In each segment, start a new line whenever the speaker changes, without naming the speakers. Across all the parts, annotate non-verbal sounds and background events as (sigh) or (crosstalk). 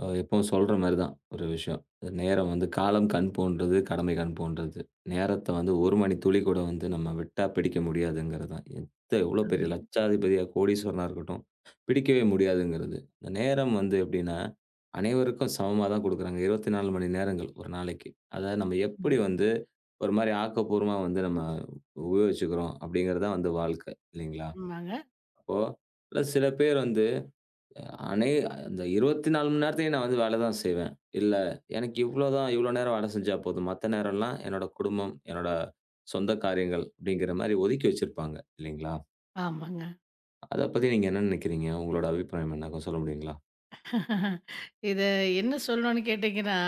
எப்பவும் சொல்ற மாரி தான் ஒரு விஷயம். நேரம் வந்து காலம் கண் போன்றது, கடமை கண் போன்றது. நேரத்த வந்து ஒரு மணி துளி கூட வந்து நம்ம விட்டா பிடிக்க முடியாதுங்கிறது தான். எவ்வளோ பெரிய
ஆமாங்க.
லட்சாதிபதியா, கோடீஸ்வரனா இருக்கட்டும், பிடிக்கவே முடியாதுங்கிறது. இந்த நேரம் வந்து எப்படின்னா, அனைவருக்கும் சமமா தான் குடுக்குறாங்க. 24 மணி நேரங்கள் ஒரு நாளைக்கு. அத நம்ம எப்படி
ம்.
வந்து ஒரு மாரி ஆக்கப்பூர்வமா வந்து நம்ம உபயோகிச்சுக்கிறோம் அப்படிங்கிறது தான் வந்து வாழ்க்கை இல்லைங்களா?
ஆமாங்க.
அப்போ, சில பேர் வந்து அனை அந்த 24 மணி நேரத்தையும் நான் வந்து வேல தான் செய்வேன். இல்ல, எனக்கு இவ்ளோ நேரம் வேல செஞ்சா போதும். மத்த நேரம்லாம் என்னோட குடும்பம், என்னோட சொந்த காரியங்கள் அப்படிங்கிற மாரி ஒதுக்கி வச்சிருப்பாங்க இல்லைங்களா?
ஆமாங்க.
அத பத்தி நீங்க என்ன நெனைக்கிறீங்க? உங்களோட அபிப்பிராயம் என்ன? கொஞ்சம் சொல்ல முடியுங்களா?
இத என்ன சொல்லணும்னு கேட்டீங்கன்னா,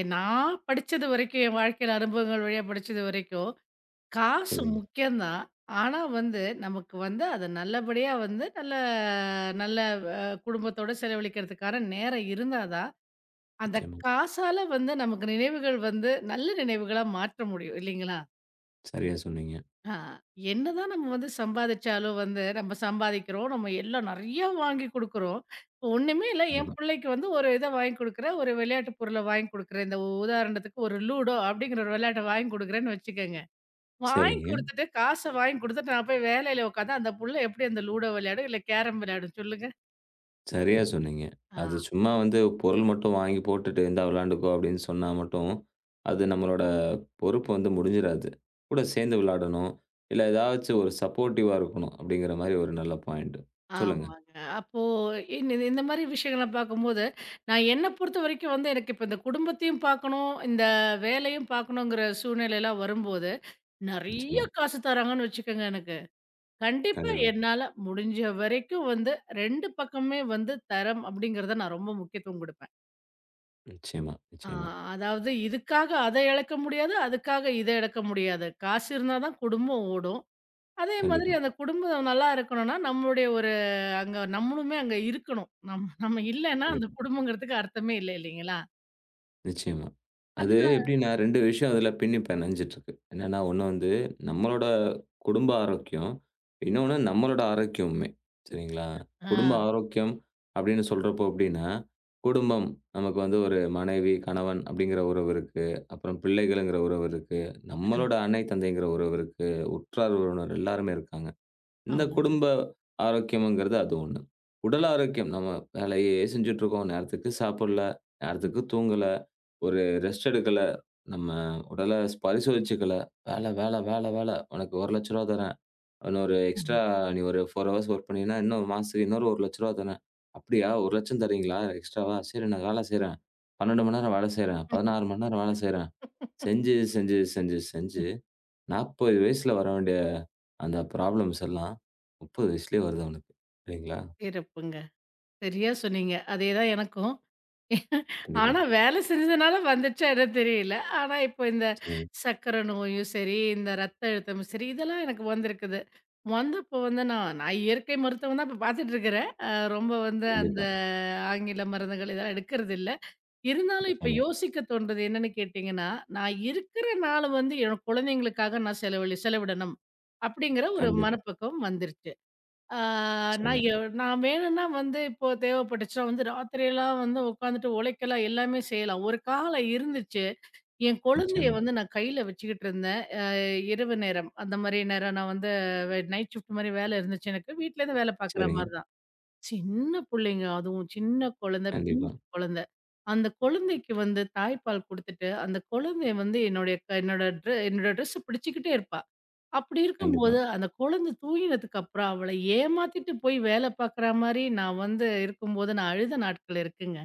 நான் படிச்சது வரைக்கும், என் வாழ்க்கையில அனுபவங்கள் வழியா படிச்சது வரைக்கும், காசு
சொல்லுங்க.
முக்கியம் தான். ஆனா வந்து, நமக்கு வந்து அத நல்லபடியா வந்து நல்ல நல்ல அ குடும்பத்தோட செலவழிக்கிறதுக்கான நேரம் இருந்தா தான், அந்த
நிச்சயமா.
காசால வந்து நமக்கு நினைவுகள் வந்து நல்ல நினைவுகளா மாற்ற முடியும். இல்லைங்களா?
சரியா சொன்னீங்க.
ஆ, என்னதான் நம்ம வந்து சம்பாதிச்சாலும் வந்து நம்ம சம்பாதிக்கிறோம். நம்ம எல்லாம் நெறையா வாங்கி குடுக்குறோம். ஒண்ணுமே இல்ல என்
கண்டிப்பா.
பிள்ளைக்கு வந்து ஒரு இத வாங்கி குடுக்குறேன். ஒரு விளையாட்டு பொருள வாங்கி குடுக்குறேன். இந்த உதாரணத்துக்கு ஒரு லூடோ அப்படிங்கிற ஒரு விளையாட்ட வாங்கி குடுக்குறேன்னு வச்சுக்கங்க. வாங்கி
சரிங்க.
குடுத்துட்டு, காச வாங்கி குடுத்துட்டு நான் போய் வேலையில உட்காந்தா, அந்த புள்ள எப்படி அந்த லூடோ விளையாடும்? இல்ல கேரம் விளையாடும்? சொல்லுங்க.
சரியா சொன்னீங்க. அது சும்மா வந்து பொருள் மட்டும் வாங்கி போட்டுட்டு, "இந்தா விளையாண்டுக்கோ" அப்படின்னு சொன்னா மட்டும், அது நம்மளோட பொறுப்பு வந்து முடிஞ்சிராது. கூட சேர்ந்து விளையாடணும். இல்ல ஏதாச்சும் ஒரு சப்போர்ட்டிவா இருக்கணும், அப்படிங்கிற மாரி ஒரு நல்ல பாயிண்ட். சொல்லுங்க.
ஆமாங்க. அப்போ இந்த இந்த மாரி விஷயங்கள பார்க்கும்போது, நான் என்ன பொறுத்தவரைக்கும் வந்து எனக்கு இப்ப இந்த குடும்பத்தையும் பார்க்கணும், இந்த வேலையும் பார்க்கணுங்கிற சூழ்நிலைலாம் வரும்போது, நெறைய
நிச்சயமா.
காசு தராங்கன்னு வச்சுக்கோங்க எனக்கு. கண்டிப்பா
கண்டிப்பா.
என்னால முடிஞ்ச வரைக்கும் வந்து 2 பக்கமே வந்து தரம் அப்படிங்கிறத நான் ரொம்ப முக்கியத்துவம் குடுப்பேன்.
நிச்சயமா,
ஆ
நிச்சயமா.
அதாவது இதுக்காக அத இழக்க முடியாது, அதுக்காக இத இழக்க முடியாது. காசு இருந்தா தான் குடும்பம் ஓடும். அதே மாதிரி
கண்டிப்பா,
அந்த குடும்பம் நல்லா இருக்கணும்னா, நம்மளுடைய அங்க நம்மளுமே அங்க இருக்கணும். நம்ம இல்லன்னா அந்த
கண்டிப்பா.
குடும்பங்கிறதுக்கு அர்த்தமே இல்ல இல்லைங்களா?
நிச்சயமா. அது
அதுனா
எப்படின்னா 2 விஷயம் அதுல பின்னி பெணஞ்சிட்டுருக்கு. என்னன்னா, ஒண்ணு வந்து நம்மளோட குடும்ப ஆரோக்கியம். இன்னொன்னு நம்மளோட ஆரோக்கியமுமே. சரிங்களா?
ஆ
குடும்ப ஆரோக்கியம் அப்படின்னு சொல்றப்போ எப்படின்னா, குடும்பம் நமக்கு வந்து ஒரு மனைவி, கணவன் அப்படிங்கிற உறவு இருக்கு. அப்புறம் பிள்ளைகள்ங்கிற உறவு இருக்கு. நம்மளோட அன்னை, தந்தைங்கிற உறவு இருக்கு. உற்றார் உறவினர் எல்லாருமே இருக்காங்க. இந்த
ஆமாங்க.
குடும்ப ஆரோக்கியம்ங்கிறது அது ஒண்ணு. உடல் ஆரோக்கியம் நம்ம வேலையே செஞ்சுட்டுருக்கோம். நேரத்துக்கு சாப்பிடல,
ம்,
நேரத்துக்கு தூங்கல, ஒரு ரெஸ்ட் எடுக்கல, நம்ம உடல பரிசோதிச்சுக்கல. வேல, வேல, வேல, வேல உனக்கு ரூ. 1,00,000 தரேன். இன்னொரு எக்ஸ்ட்ரா
ம்,
நீ ஒரு 4 ஹவர்ஸ் ஒர்க் பண்ணீன்னா, இன்னும் மாசத்துக்கு இன்னொரு ரூ. 1,00,000 தரேன். அப்படியா 1,00,000 தரீங்களா எக்ஸ்ட்ராவா? சரி நான் வேலை செய்றேன். 12 மணி நேரம் வேலை செய்றேன். 16 மணி நேரம் வேலை செய்றேன். செஞ்சு, செஞ்சு, செஞ்சு, செஞ்சு
ம்.
40 வயசுல வர வேண்டிய அந்த ப்ராப்ளம்ஸ் எல்லாம் 30 வயசுலயே வருது அவனுக்கு. சரிங்களா?
சிறப்புங்க. சரியா சொன்னீங்க. அதே தான் எனக்கும்.
கண்டிப்பா.
ஆனா வேலை செஞ்சதுனால வந்துச்சா என்னன்னு தெரியல. ஆனா இப்போ இந்த
சரிங்க.
சர்க்கரை நோயும் சரி, இந்த ரத்த அழுத்தமும் சரி, இதெல்லாம் எனக்கு வந்திருக்குது. வந்தப்போ வந்து நான் நான் இயற்கை மருத்துவம் தான் இப்ப பார்த்துட்டு இருக்கிறேன். ரொம்ப வந்து அந்த
கண்டிப்பா.
ஆங்கில மருந்துகள் இதெல்லாம் எடுக்கறதில்ல. இருந்தாலும் இப்ப
நிச்சயமா.
யோசிக்க தோன்றது என்னன்னு கேட்டீங்கன்னா, நான் இருக்கிற நாள வந்து என் குழந்தைங்களுக்காக நான் செலவிடணும். அப்படிங்கிற ஒரு
கண்டிப்பா.
மனப்பக்குவம் வந்துருச்சு. ஆ நான்
நிச்சயமா.
எ நான் வேணும்னா வந்து இப்போ தேவைப்பட்டுச்சுன்னா வந்து ராத்திரியெல்லாம் வந்து உட்காந்துட்டு உழைக்கலாம், எல்லாமே செய்யலாம். ஒரு காலம் இருந்துச்சு. என் குழந்தைய
நிச்சயமா.
வந்து நான் கையில வச்சுக்கிட்டு இருந்தேன். இரவு நேரம் அந்த மாரி நேரம் நான் வந்து நைட் ஷிஃப்ட் மாரி வேலை இருந்துச்சு எனக்கு. வீட்லேருந்து வேலை பார்க்குற
சரிங்க.
மாரி தான். சின்ன புள்ளைங்க. அதுவும் சின்ன குழந்தை,
கண்டிப்பா.
பிஞ்சு குழந்தை. அந்த குழந்தைக்கு வந்து தாய்ப்பால் குடுத்துட்டு, அந்த குழந்தை வந்து என்னுடைய க என்னோட ட்ரெ என்னோட ட்ரெஸ்ஸ பிடிச்சுக்கிட்டே இருப்பா. அப்படி
கண்டிப்பா.
இருக்கும்போது, அந்த குழந்தை தூங்கினதுக்கு அப்புறம் அவள ஏமாத்திட்டு போய் வேலை பார்க்குற மாரி நான் வந்து இருக்கும்போது நான் அழுத நாட்கள் இருக்குங்க.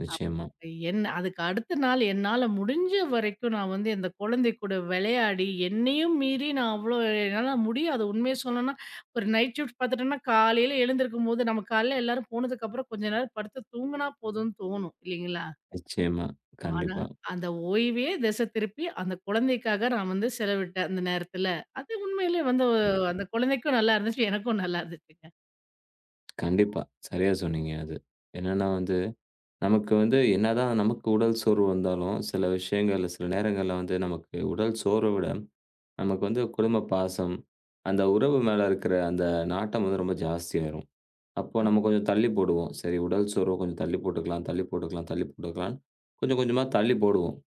நிச்சயமா.
அதுக்கு அடுத்த நாள் என்னால முடிஞ்ச வரைக்கும் நான் வந்து இந்த குழந்தை கூட விளையாடி, என்னையும் மீறி நான் அவ்ளோ என்னால முடியாது. உண்மைய சொல்லணும்னா, ஒரு நைட் ஷிஃப்ட் பார்த்துட்டோம்னா, காலையில எழுந்திருக்கும்போது நம்ம காலையில எல்லாரும் போனதுக்கப்புறம் கொஞ்ச நேரம் படுத்து தூங்குனா போதும்னு தோணும் இல்லைங்களா?
நிச்சயமா.
ஆனா,
கண்டிப்பா.
அந்த ஓய்வே திசை திருப்பி அந்த குழந்தைக்காக நான் வந்து செலவிட்டேன் அந்த நேரத்துல. அது உண்மையிலே வந்து
கண்டிப்பா.
அந்த குழந்தைக்கும் நல்லா இருந்துச்சு, எனக்கும் நல்லா இருந்துச்சுங்க.
கண்டிப்பா. சரியா சொன்னீங்க அது. என்னன்னா வந்து, நமக்கு வந்து என்னதான் நமக்கு உடல் சோர்வு வந்தாலும், சில விஷயங்கள்ல சில நேரங்கள்ல வந்து நமக்கு உடல் சோர்வ விட, நமக்கு வந்து குடும்ப பாசம், அந்த உறவு மேல இருக்கிற அந்த நாட்டம் வந்து ரொம்ப ஜாஸ்தியாயிரும். அப்போ நம்ம கொஞ்சம் தள்ளி போடுவோம். சரி உடல் சோர்வ கொஞ்சம் தள்ளி போட்டுக்கலாம், தள்ளி போட்டுக்கலாம், தள்ளி போட்டுக்கலான்னு கொஞ்சம் கொஞ்சமா தள்ளி போடுவோம்.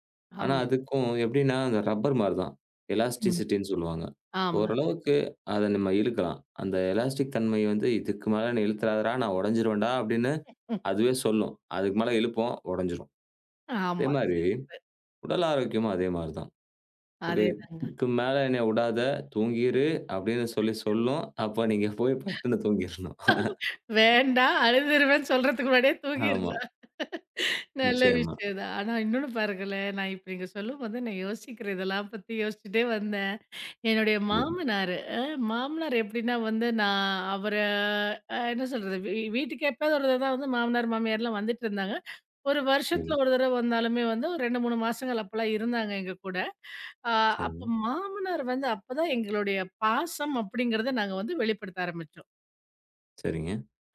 ஆனா
ஆமா.
அதுக்கும் எப்படின்னா, அந்த ரப்பர் மாரி தான்.
ம்.
எலாஸ்டிசிட்டின்னு சொல்லுவாங்க.
ஆமா.
ஓரளவுக்கு அத நம்ம இழுக்கலாம். அந்த எலாஸ்டிக் தன்மை வந்து இதுக்கு மேல என்ன இழுத்துறாதடா! நான் உடைஞ்சிருவேன்டா அப்படின்னு
ம்.
அதுவே சொல்லும். அதுக்கு மேல இழுப்போம் உடைஞ்சிரும். அதே
ஆமா.
மாரி உடல் ஆரோக்கியமும் அதே மாரி தான். "ஓகே
அதேதாங்க.
இதுக்கு மேல என்னைய உடாத, தூங்கிரு" அப்படின்னு சொல்லி சொல்லும். அப்ப நீங்க போய் பட்டுன்னு தூங்கிரணும்.
வேண்டாம். அழுதுருவேன்னு சொல்றதுக்கு முன்னாடியே
ஆமா.
தூங்கிர்லாம். நல்ல
நிச்சயமா.
விஷயம் தான். ஆனா இன்னொன்னு பாருங்களேன், நான் இப்ப நீங்க சொல்லும்போது நான் யோசிக்கிறேன். இதெல்லாம் பத்தி யோசிச்சுட்டே வந்தேன். என்னுடைய
கண்டிப்பா.
மாமனாரு அ மாமனார் எப்படின்னா வந்து நான் அவர அ என்ன சொல்றது? வீட்டுக்கு எப்பயாவது ஒரு தடவ தான் வந்து மாமனார், மாமியார்லாம் வந்துட்டு இருந்தாங்க. ஒரு வருஷத்துல
கண்டிப்பா.
ஒரு தடவ வந்தாலுமே வந்து ஒரு 2, 3 மாசங்கள் அப்பலாம் இருந்தாங்க எங்க கூட. அ அப்ப
சரி.
மாமனார் வந்து அப்பதான் எங்களுடைய பாசம் அப்படிங்கிறத நாங்க வந்து வெளிப்படுத்த ஆரம்பிச்சோம்.
சரிங்க.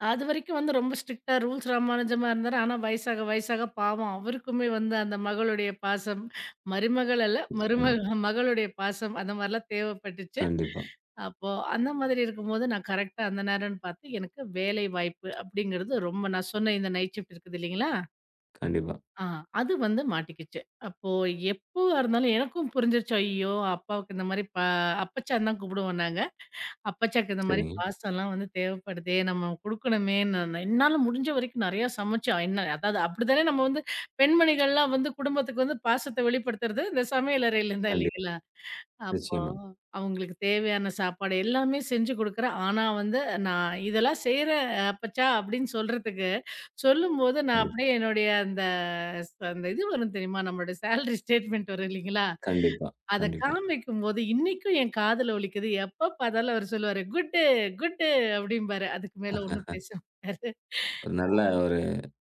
அதுவரைக்கும் வந்து ரொம்ப ஸ்ட்ரிக்ட்டா ரூல்ஸ் ராமானுஜமா இருந்தாரு. ஆனா வயசாக, வயசாக பாவம் அவருக்குமே வந்து அந்த மகளுடைய பாசம், மருமகள் அல்ல
ஆமா.
மகளுடைய பாசம் அந்த மாரிலாம் தேவைப்பட்டுச்சு.
கண்டிப்பா,
அப்போ அந்த மாதிரி இருக்கும்போது நான் கரெக்ட்டா அந்த நேரம்ன்னு பார்த்து எனக்கு வேலை வாய்ப்பு அப்படிங்கிறது ரொம்ப நான் சொன்ன இந்த நைட் ஷிஃப்ட் இருக்குது இல்லைங்களா?
கண்டிப்பா.
ஆ அது வந்து மாட்டிக்கிச்சு. அப்போ எப்பவா இருந்தாலும் எனக்கும் புரிஞ்சிருச்சு, ஐயோ! அப்பாவுக்கு இந்த மாரி அப்பச்சான் தான் கூப்பிடுவோம் நாங்க. அப்பச்சாக்கு இந்த மாரி
சரிங்க.
பாஸ்தாலாம் வந்து தேவைப்படுதே! நம்ம குடுக்கணுமே! நான் நான் என்னால முடிஞ்ச வரைக்கும் நெறையா சமைச்சு என்ன அதாவது அப்படித்தானே நம்ம வந்து பெண்மணிகள்லாம் வந்து குடும்பத்துக்கு வந்து பாசத்த வெளிப்படுத்துறது இந்த சமையல் அறையில இருந்தா
கண்டி
இல்லைங்களா? அப்போ
நிச்சயமா.
அவங்களுக்கு தேவையான சாப்பாடு எல்லாமே செஞ்சு குடுக்குறேன். ஆனா வந்து நான் இதெல்லாம் செய்றேன் அப்பச்சா அப்படின்னு சொல்றதுக்கு, சொல்லும்போது நான்
கண்டிப்
அப்படியே என்னுடைய அந்த அந்த இது வரும் தெரியுமா? நம்மளுடைய சேலரி ஸ்டேட்மெண்ட் வரும் இல்லைங்களா?
கண்டிப்பா,
அத
கண்டிப்பா.
காமிக்கும்போது இன்னைக்கும் என் காதுல ஒலிக்குது. எப்ப பார்த்தாலும் அவரு சொல்லுவாரு, "குட்டு, குட்டு" அப்படிம்பாரு. அதுக்கு மேல ஒண்ணும் பேச மாட்டாரு.
ஒரு நல்ல ஒரு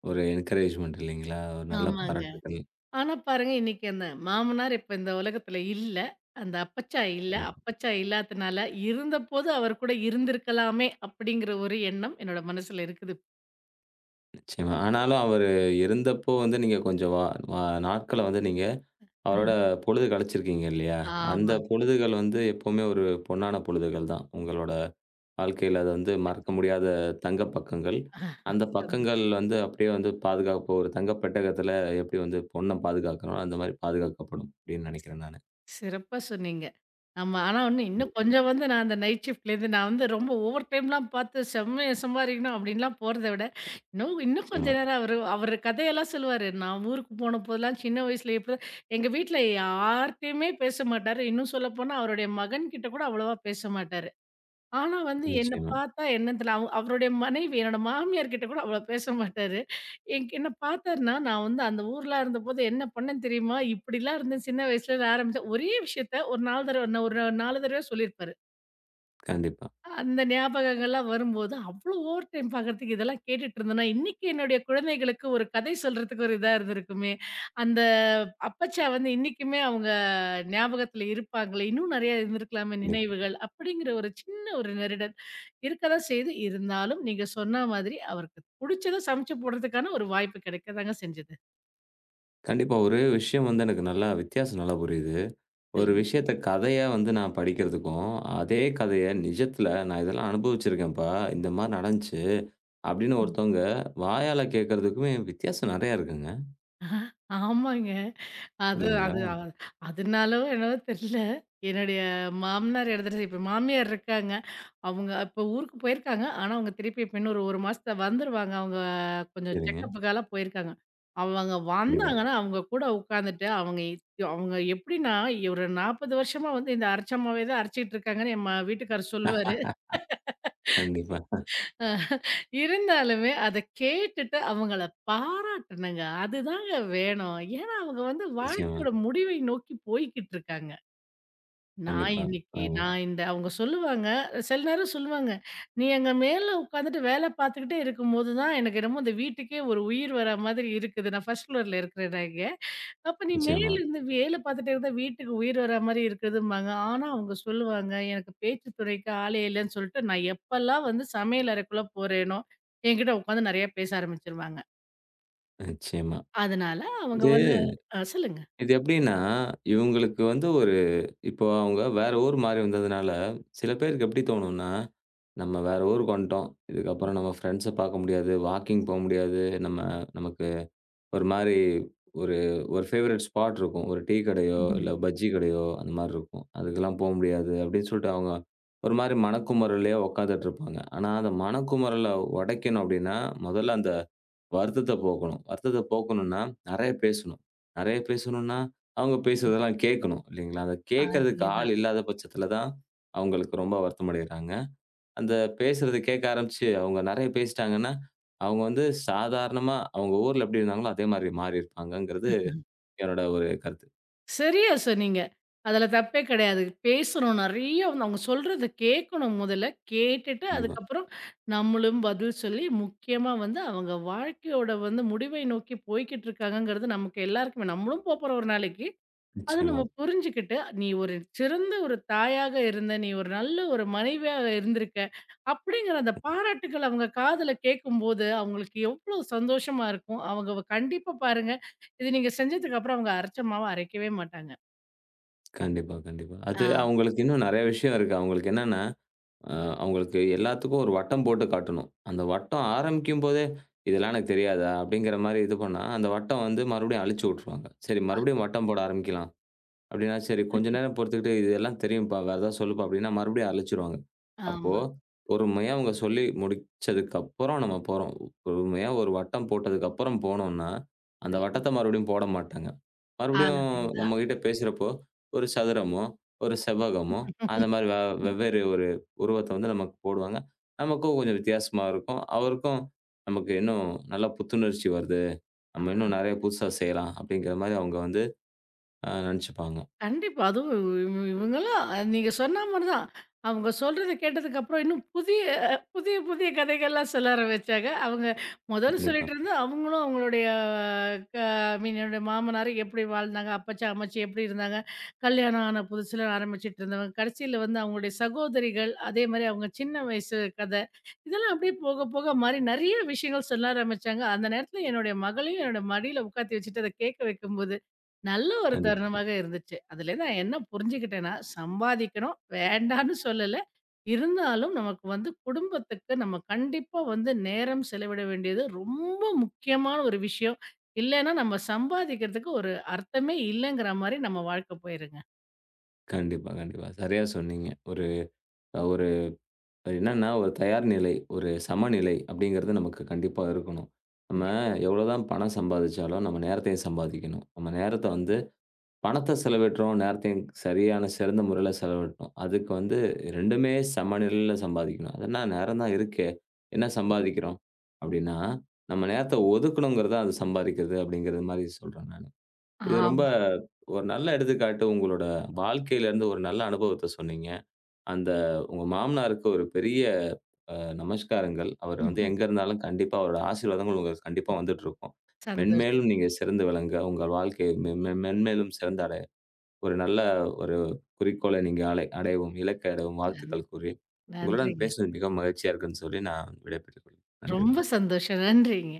ஒரு என்கரேஜ்மென்ட் இல்லைங்களா? ஒரு நல்ல
ஆமாங்க.
பாராட்டுக்கள்.
ஆனா பாருங்க, இன்னைக்கு அந்த மாமனார் இப்ப இந்த உலகத்துல இல்ல. அந்த அப்பச்சா இல்ல.
கண்டிப்பா.
அப்பச்சா இல்லாதனால, இருந்தபோது அவர் கூட இருந்திருக்கலாமே அப்படிங்கிற ஒரு எண்ணம் என்னோட மனசுல இருக்குது.
நிச்சயமா. ஆனாலும் அவரு இருந்தப்போ வந்து நீங்க கொஞ்சம் வா வா நாட்கள வந்து நீங்க அவரோட பொழுது கழிச்சிருக்கீங்க இல்லையா? அந்த
ஆமாங்க.
பொழுதுகள் வந்து எப்பவுமே ஒரு பொன்னான பொழுதுகள் தான். உங்களோட வாழ்க்கையில அது வந்து மறக்க
கண்டிப்பா.
முடியாத தங்க பக்கங்கள். அந்த
சந்தோஷம்.
பக்கங்கள் வந்து அப்படியே வந்து பாதுகாப்பு ஒரு தங்க பெட்டகத்துல எப்படி வந்து பொண்ண பாதுகாக்கிறோம், அந்த மாரி பாதுகாக்கப்படும் அப்படின்னு நெனைக்கிறேன் நானு.
சிறப்பா சொன்னீங்க. ஆமா. ஆனா வந்து இன்னும் கொஞ்சம் வந்து நான் அந்த நைட் ஷிஃப்ட்லேருந்து நான் வந்து ரொம்ப ஓவர் டைம்லாம் பார்த்து செம்மையா சம்பாரிக்கணும் அப்படின்லாம் போறத விட, இன்னும் இன்னும் கொஞ்ச
நிச்சயமா,
நேரம் அவரு அவரு கதையெல்லாம் சொல்லுவாரு. நான் ஊருக்கு போன போதெல்லாம் சின்ன வயசுல எங்க வீட்ல யார்ட்டயுமே பேச மாட்டாரு. இன்னும் சொல்லப்போனா அவருடைய மகன்கிட்ட கூட அவ்வளவா பேச மாட்டாரு. ஆனா வந்து என்ன
நிச்சயமா.
பார்த்தா என்னன்னு தெரியல. அவருடைய மனைவி என்னோட மாமியார் கிட்ட கூட அவ்வளோ பேச மாட்டாரு. என்ன பார்த்தாருன்னா, நான் வந்து அந்த ஊர்ல இருந்தபோது என்ன பண்ணேன் தெரியுமா? இப்படிலாம் இருந்தேன் சின்ன வயசுல நான் ஆரம்பிச்சேன். ஒரே விஷயத்த ஒரு 4 தடவ ஒரு 4 தடவ சொல்லியிருப்பாரு.
கண்டிப்பா,
அந்த ஞாபகங்கள்லாம் வரும்போது, அவ்ளோ ஓவர் டைம் பார்க்கறதுக்கு இதெல்லாம் கேட்டுட்டு இருந்தேன்னா, இன்னைக்கு என்னுடைய குழந்தைகளுக்கு ஒரு கதை சொல்றதுக்கு ஒரு இதா இருந்திருக்குமே. அந்த அப்பச்சா வந்து இன்னைக்குமே அவங்க ஞாபகத்துல இருப்பாங்களே! இன்னும் நெறைய இருந்திருக்கலாமே
கண்டிப்பா.
நினைவுகள். அப்படிங்கிற ஒரு சின்ன நெருடல் இருக்க தான் செய்யுது. இருந்தாலும் நீங்க சொன்னா மாதிரி அவருக்கு புடிச்சத சமைச்சு போடுறதுக்கான ஒரு வாய்ப்பு கிடைக்க தாங்க செஞ்சது.
கண்டிப்பா. ஒரு விஷயம் வந்து எனக்கு நல்லா வித்தியாசம் நல்லா புரியுது. ஒரு
சொல்லுங்க.
விஷயத்த கதையா வந்து நான் படிக்கிறதுக்கும், அதே கதைய நிஜத்துல நான் இதெல்லாம் அனுபவிச்சிருக்கேன்ப்பா, இந்த மாரி நடந்துச்சு அப்படின்னு
ம்.
ஒருத்தவங்க வாயால கேட்கிறதுக்குமே வித்தியாசம் நெறையா இருக்குங்க.
ஆமா. ஆமாங்க. அது
இல்லைங்களா?
அது அ அதனாலோ என்னவோ தெரியல. என்னுடைய மாமனார் இடத்துல இப்ப மாமியார் இருக்காங்க. அவங்க இப்ப ஊருக்கு போயிருக்காங்க. ஆனா, அவங்க திருப்பி இப்ப இன்னும் ஒரு 1 மாசத்துல வந்துருவாங்க. அவங்க கொஞ்சம்
சரிங்க.
செக்கப்புக்காலாம் போயிருக்காங்க. அவங்க
கண்டிப்பா.
வந்தாங்கன்னா, அவங்க கூட உட்காந்துட்டு அவங்க எப்படின்னா, ஒரு 40 வருஷமா வந்து இந்த அரைச்ச மாவே தான் அரைச்சுட்டு இருக்காங்கன்னு என் ம வீட்டுக்காரர் சொல்லுவாரு.
(laughs) கண்டிப்பா.
அஹ் இருந்தாலுமே அத கேட்டுட்டு அவங்கள பாராட்டணுங்க. அதுதாங்க வேணும். ஏன்னா, அவங்க வந்து
நிச்சயமா.
வாழ்க்கையோட முடிவை நோக்கி போய்க்கிட்டு இருக்காங்க. நான்
கண்டிப்பா.
இன்னைக்கு
ஆமா.
நான் இந்த அவங்க சொல்லுவாங்க, சில நேரம் சொல்லுவாங்க, "நீ எங்க மேல உட்காந்துட்டு வேல பார்த்துக்கிட்டே இருக்கும்போது தான், எனக்கு என்னமோ இந்த வீட்டுக்கே ஒரு உயிர் வர மாதிரி இருக்குது. நான் ஃபர்ஸ்ட் ஃப்ளோர்ல இருக்கிறேன் நான் இங்க." அப்ப நீ மேல
நிச்சயமா,
இருந்து வேல பார்த்துட்டே இருந்தா வீட்டுக்கு உயிர் வரா மாரி இருக்குதும்பாங்க. ஆனா, அவங்க சொல்லுவாங்க, "எனக்கு பேச்சு துணைக்கு ஆளே இல்லன்னு" சொல்லிட்டு நான் எப்பலாம் வந்து சமையல் அறைக்குள்ள போறேனோ, என்கிட்ட உட்காந்து நெறைய பேச ஆரம்பிச்சுருவாங்க.
நிச்சயமா.
அதனால அவங்க
இது
வந்து சொல்லுங்க.
இது எப்படின்னா, இவங்களுக்கு வந்து ஒரு இப்போ அவங்க வேற ஊர் மாறி வந்ததுனால, சில பேருக்கு எப்படி தோணும்னா, நம்ம வேற ஊருக்கு வந்துட்டோம். இதுக்கப்புறம் நம்ம ஃப்ரெண்ட்ஸ பார்க்க முடியாது. வாக்கிங் போ முடியாது. நம்ம நமக்கு ஒரு மாரி ஒரு ஒரு ஃபேவரட் ஸ்பாட் இருக்கும். ஒரு டீ கடையோ,
(laughs) ம்ஹ்ம்.
இல்ல பஜ்ஜி கடையோ அந்த மாரி இருக்கும். அதுக்கெல்லாம் போ முடியாது அப்படின்னு சொல்லிட்டு அவங்க ஒரு மாரி மனக்குமறல்லயே உட்காந்துட்டு இருப்பாங்க. ஆனா, அந்த மனக்குமறல உடைக்கணும் அப்படின்னா, முதல்ல அந்த வருத்தத்த போக்கணும். வருத்தத்த போக்கணும்னா, நெறைய பேசணும். நெறைய பேசணும்னா, அவங்க
ம்.
பேசுறதெல்லாம் கேட்கணும் இல்லைங்களா? அத கேட்கறதுக்கு ஆள்
அதேதான்.
இல்லாத பட்சத்துல தான் அவங்களுக்கு ரொம்ப வருத்தம் அடையிறாங்க. அந்த பேசுறது கேட்க ஆரம்பிச்சு, அவங்க நெறைய பேசிட்டாங்கன்னா, அவங்க வந்து சாதாரணமா அவங்க ஊர்ல எப்படி இருந்தாங்களோ, அதே மாரி மாறியிருப்பாங்கங்கிறது என்னோட ஒரு கருத்து.
சரியா சொன்னீங்க. அதுல தப்பே கிடையாது. பேசணும் நெறைய வந்து அவங்க சொல்றத கேட்கணும் முதல்ல. கேட்டுட்டு
கண்டிப்பா.
அதுக்கப்புறம் நம்மளும் பதில் சொல்லி, முக்கியமா வந்து அவங்க வாழ்க்கையோட வந்து முடிவை நோக்கி போய்க்கிட்டு இருக்காங்கங்கிறது நமக்கு எல்லாருக்குமே நம்மளும் போப்போறோம் ஒரு நாளைக்கு. அது
நிச்சயமா.
நம்ம புரிஞ்சுக்கிட்டு, நீ ஒரு சிறந்த ஒரு தாயாக இருந்த, நீ ஒரு நல்ல ஒரு மனைவியாக இருந்திருக்க, அப்படிங்கிற அந்த பாராட்டுக்கள் அவங்க காதுல கேட்கும்போது, அவங்களுக்கு எவ்வளோ சந்தோஷமா இருக்கும். அவங்க வ கண்டிப்பா பாருங்க, இது நீங்க செஞ்சதுக்கு அப்புறம் அவங்க அரைச்ச மாவ அரைக்கவே மாட்டாங்க.
கண்டிப்பா, கண்டிப்பா.
ஆ.
அது அவங்களுக்கு இன்னும் நெறைய விஷயம் இருக்கு. அவங்களுக்கு என்னன்னா, அ அவங்களுக்கு எல்லாத்துக்கும் ஒரு வட்டம் போட்டு காட்டணும். அந்த வட்டம் ஆரம்பிக்கும்போதே, "இதெல்லாம் எனக்கு தெரியாதா?" அப்படிங்கிற மாரி இது பண்ணா, அந்த வட்டம் வந்து மறுபடியும் அழிச்சு விட்டுருவாங்க. சரி மறுபடியும் வட்டம் போட ஆரம்பிக்கலாம். அப்படின்னா, சரி கொஞ்ச
(laughs)
நேரம் பொறுத்துக்கிட்டு, "இதெல்லாம் தெரியும்ப்பா, வேற ஏதாவது சொல்லுப்பா" அப்படின்னா, மறுபடியும் அலச்சிருவாங்க. அப்போ
ஆமா.
பொறுமையா அவங்க சொல்லி முடிச்சதுக்கப்புறம் நம்ம போறோம். பொறுமையா ஒரு வட்டம் போட்டதுக்கப்புறம் போனோம்னா, அந்த
சொல்லுங்க.
வட்டத்த மறுபடியும் போட மாட்டாங்க. மறுபடியும்
அதேதான்.
நம்மகிட்ட பேசுறப்போ, ஒரு சதுரமோ, ஒரு செவ்வகமோ, அந்த மாரி வெவ்வேறு ஒரு உருவத்த வந்து நமக்கு போடுவாங்க. நமக்கும் கொஞ்சம் வித்தியாசமா இருக்கும். அவருக்கும் நமக்கு இன்னும் நல்லா புத்துணர்ச்சி வருது. நம்ம இன்னும் நெறைய புதுசா செய்யலாம் அப்படிங்கிற மாரி அவங்க வந்து நெனச்சுப்பாங்க.
கண்டிப்பா. அதுவும் இவங்கலாம் நீங்க சொன்ன மாரி தான். அவங்க சொல்றத கேட்டதுக்கப்புறம் இன்னும் புதிய புதிய புதிய கதைகள்லாம் சொல்ல ஆரம்பிச்சாங்க. அவங்க முதல்ல
கண்டிப்பா.
சொல்லிட்டுருந்து, அவங்களும் அவங்களுடைய க ஐ மீன் என்னுடைய மாமனார் எப்படி வாழ்ந்தாங்க, அப்பச்சி, அம்மச்சி எப்படி இருந்தாங்க, கல்யாணம் ஆன புதுசுல ஆரம்பிச்சுட்டு இருந்தவங்க, கடைசியில வந்து அவங்களுடைய சகோதரிகள், அதே மாரி அவங்க சின்ன வயசு கதை, இதெல்லாம் அப்படியே போக போக மாறி நெறைய விஷயங்கள் சொல்ல ஆரம்பிச்சாங்க. அந்த நேரத்தில என்னுடைய மகளையும் என்னோட மடியில உட்காத்தி வச்சுட்டு அத கேட்க வைக்கும்போது, நல்ல ஒரு
கண்டிப்பா,
தருணமாக இருந்துச்சு. அதுலேருந்து நான் என்ன புரிஞ்சுக்கிட்டேன்னா, சம்பாதிக்கணும், வேண்டான்னு சொல்லல. இருந்தாலும் நமக்கு வந்து குடும்பத்துக்கு நம்ம கண்டிப்பா வந்து நேரம் செலவிட வேண்டியது ரொம்ப முக்கியமான ஒரு விஷயம். இல்லன்னா நம்ம சம்பாதிக்கிறதுக்கு ஒரு அர்த்தமே இல்லங்கிற மாரி நம்ம வாழ்க்கை போயிருங்க.
கண்டிப்பா, கண்டிப்பா. சரியா சொன்னீங்க. ஒரு ஒரு என்னன்னா, ஒரு தயார் நிலை, ஒரு சமநிலை அப்படிங்கிறது நமக்கு கண்டிப்பா இருக்கணும். நம்ம
கண்டிப்
எவ்வளோதான் பணம் சம்பாதிச்சாலும், நம்ம நேரத்தையும் சம்பாதிக்கணும். நம்ம நேரத்த வந்து பணத்த செலவிடுறோம், நேரத்தையும் சரியான சிறந்த முறையில செலவிடுறோம். அதுக்கு வந்து 2மே சமநிலையில சம்பாதிக்கணும். அது என்ன நேரம் தான் இருக்கே, என்ன சம்பாதிக்கிறோம்? அப்படின்னா, நம்ம நேரத்த ஒதுக்கணுங்கிறது தான் அது சம்பாதிக்கிறது அப்படிங்கிறது மாரி சொல்றேன் நானு. இது ரொம்ப
ஆமா.
ஒரு நல்ல எடுத்துக்காட்டு. உங்களோட வாழ்க்கையிலருந்து ஒரு நல்ல அனுபவத்த சொன்னீங்க. அந்த உங்க மாமனாருக்கு ஒரு பெரிய அ நமஸ்காரங்கள். அவர் வந்து எங்க
(laughs)
இருந்தாலும் கண்டிப்பா அவரோட ஆசீர்வாதங்கள் உங்களுக்கு கண்டிப்பா வந்துட்டுருக்கும்.
சந்தோஷம்.
மென்மேலும் நீங்க சிறந்து விளங்க, உங்கள் வாழ்க்கை மென் மென் மென்மேலும் சிறந்தடைய, ஒரு நல்ல ஒரு குறிக்கோளை நீங்க அடையவும், இலக்கை அடையவும்
நன்
வாழ்த்துக்கள் கூறி, உங்களுடன்
நன்றிங்க.
பேசுனது மிகவும் மகிழ்ச்சியா இருக்குன்னு சொல்லி நான் விடைபெற்றுக் கொள்கிறேன். நன்றி,
ரொம்ப
வணக்கம்.
சந்தோஷம். நன்றிங்க.